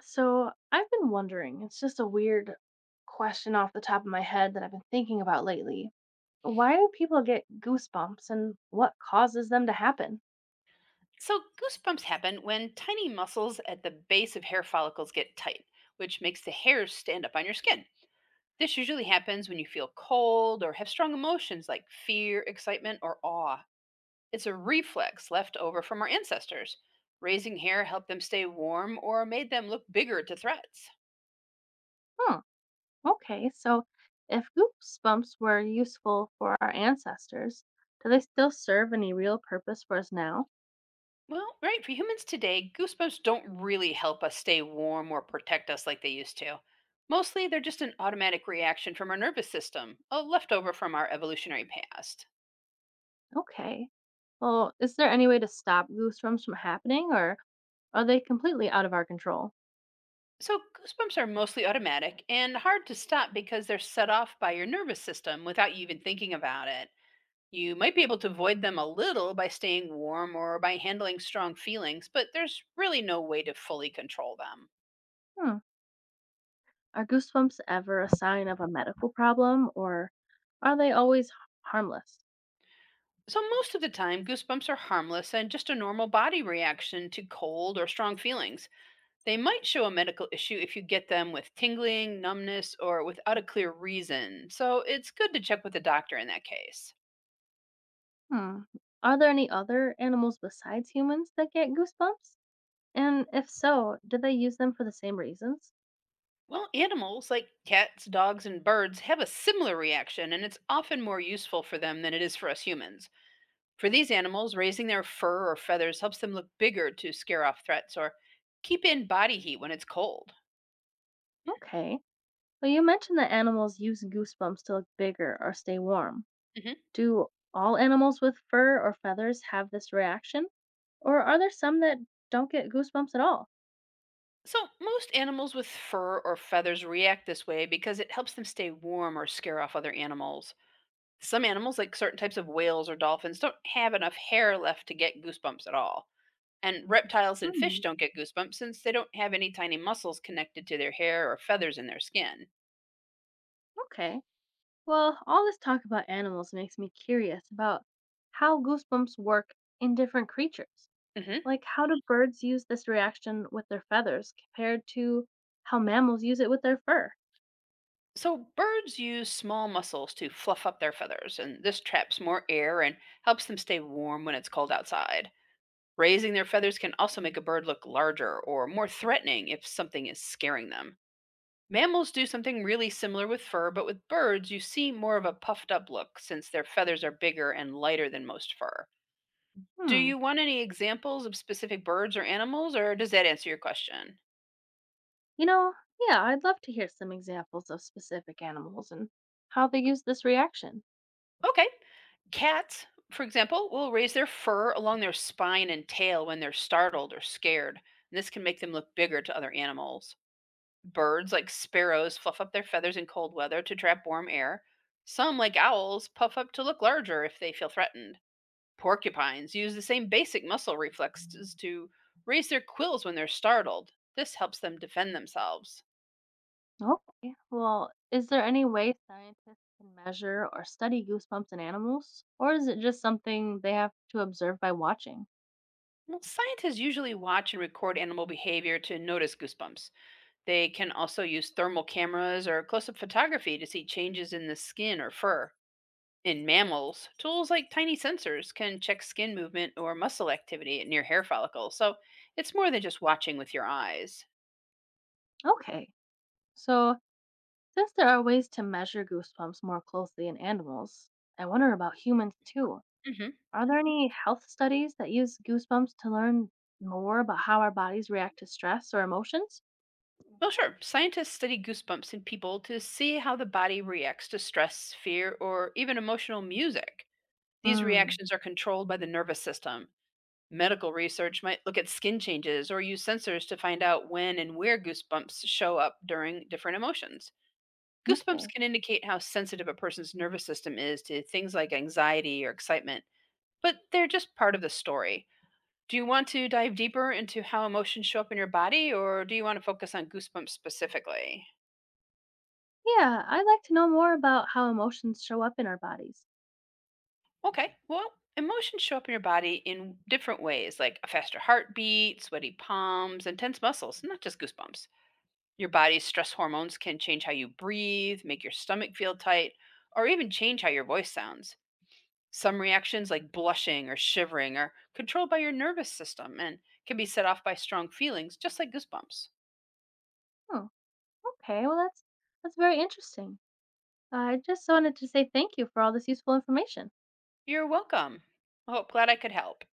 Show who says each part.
Speaker 1: So I've been wondering, it's just a weird question off the top of my head that I've been thinking about lately. Why do people get goosebumps and what causes them to happen?
Speaker 2: So, goosebumps happen when tiny muscles at the base of hair follicles get tight, which makes the hairs stand up on your skin. This usually happens when you feel cold or have strong emotions like fear, excitement, or awe. It's a reflex left over from our ancestors. Raising hair helped them stay warm or made them look bigger to threats.
Speaker 1: Hmm, okay, so if goosebumps were useful for our ancestors, do they still serve any real purpose for us now?
Speaker 2: Well, right, for humans today, goosebumps don't really help us stay warm or protect us like they used to. Mostly, they're just an automatic reaction from our nervous system, a leftover from our evolutionary past.
Speaker 1: Okay. Well, is there any way to stop goosebumps from happening or are they completely out of our control?
Speaker 2: So, goosebumps are mostly automatic and hard to stop because they're set off by your nervous system without you even thinking about it. You might be able to avoid them a little by staying warm or by handling strong feelings, but there's really no way to fully control them.
Speaker 1: Hmm. Are goosebumps ever a sign of a medical problem, or are they always harmless?
Speaker 2: So, most of the time, goosebumps are harmless and just a normal body reaction to cold or strong feelings. They might show a medical issue if you get them with tingling, numbness, or without a clear reason, so it's good to check with a doctor in that case.
Speaker 1: Hmm. Are there any other animals besides humans that get goosebumps? And if so, do they use them for the same reasons?
Speaker 2: Well, animals like cats, dogs, and birds have a similar reaction, and it's often more useful for them than it is for us humans. For these animals, raising their fur or feathers helps them look bigger to scare off threats or keep in body heat when it's cold.
Speaker 1: Okay. Well, you mentioned that animals use goosebumps to look bigger or stay warm.
Speaker 2: Mhm.
Speaker 1: Do all animals with fur or feathers have this reaction? Or are there some that don't get goosebumps at all?
Speaker 2: So, most animals with fur or feathers react this way because it helps them stay warm or scare off other animals. Some animals, like certain types of whales or dolphins, don't have enough hair left to get goosebumps at all. And reptiles and fish
Speaker 1: Hmm.
Speaker 2: don't get goosebumps since they don't have any tiny muscles connected to their hair or feathers in their skin.
Speaker 1: Okay. Well, all this talk about animals makes me curious about how goosebumps work in different creatures.
Speaker 2: hmm
Speaker 1: Like, how do birds use this reaction with their feathers compared to how mammals use it with their fur?
Speaker 2: So, birds use small muscles to fluff up their feathers, and this traps more air and helps them stay warm when it's cold outside. Raising their feathers can also make a bird look larger or more threatening if something is scaring them. Mammals do something really similar with fur, but with birds, you see more of a puffed up look since their feathers are bigger and lighter than most fur. Do
Speaker 1: Hmm.
Speaker 2: you want any examples of specific birds or animals, or does that answer your question?
Speaker 1: You know, yeah, I'd love to hear some examples of specific animals and how they use this reaction.
Speaker 2: Okay. Cats, for example, will raise their fur along their spine and tail when they're startled or scared. This can make them look bigger to other animals. Birds like sparrows fluff up their feathers in cold weather to trap warm air. Some, like owls, puff up to look larger if they feel threatened. Porcupines use the same basic muscle reflexes to raise their quills when they're startled. This helps them defend themselves.
Speaker 1: Okay. Well, is there any way scientists can measure or study goosebumps in animals? Or is it just something they have to observe by watching?
Speaker 2: Well, scientists usually watch and record animal behavior to notice goosebumps. They can also use thermal cameras or close up photography to see changes in the skin or fur. In mammals, tools like tiny sensors can check skin movement or muscle activity near hair follicles, so it's more than just watching with your eyes.
Speaker 1: Okay. So, since there are ways to measure goosebumps more closely in animals, I wonder about humans too.
Speaker 2: hmm
Speaker 1: Are there any health studies that use goosebumps to learn more about how our bodies react to stress or emotions?
Speaker 2: Well, sure, scientists study goosebumps in people to see how the body reacts to stress, fear, or even emotional music. These
Speaker 1: Hmm.
Speaker 2: reactions are controlled by the nervous system. Medical research might look at skin changes or use sensors to find out when and where goosebumps show up during different emotions. Goosebumps
Speaker 1: Okay.
Speaker 2: can indicate how sensitive a person's nervous system is to things like anxiety or excitement, but they're just part of the story. Do you want to dive deeper into how emotions show up in your body, or do you want to focus on goosebumps specifically?
Speaker 1: Yeah, I'd like to know more about how emotions show up in our bodies.
Speaker 2: Okay, well, emotions show up in your body in different ways, like a faster heartbeat, sweaty palms, and tense muscles, not just goosebumps. Your body's stress hormones can change how you breathe, make your stomach feel tight, or even change how your voice sounds. Some reactions, like blushing or shivering, are controlled by your nervous system and can be set off by strong feelings, just like goosebumps.
Speaker 1: Hmm. Okay. Well, that's very interesting. I just wanted to say thank you for all this useful information.
Speaker 2: You're welcome. Oh, glad I could help.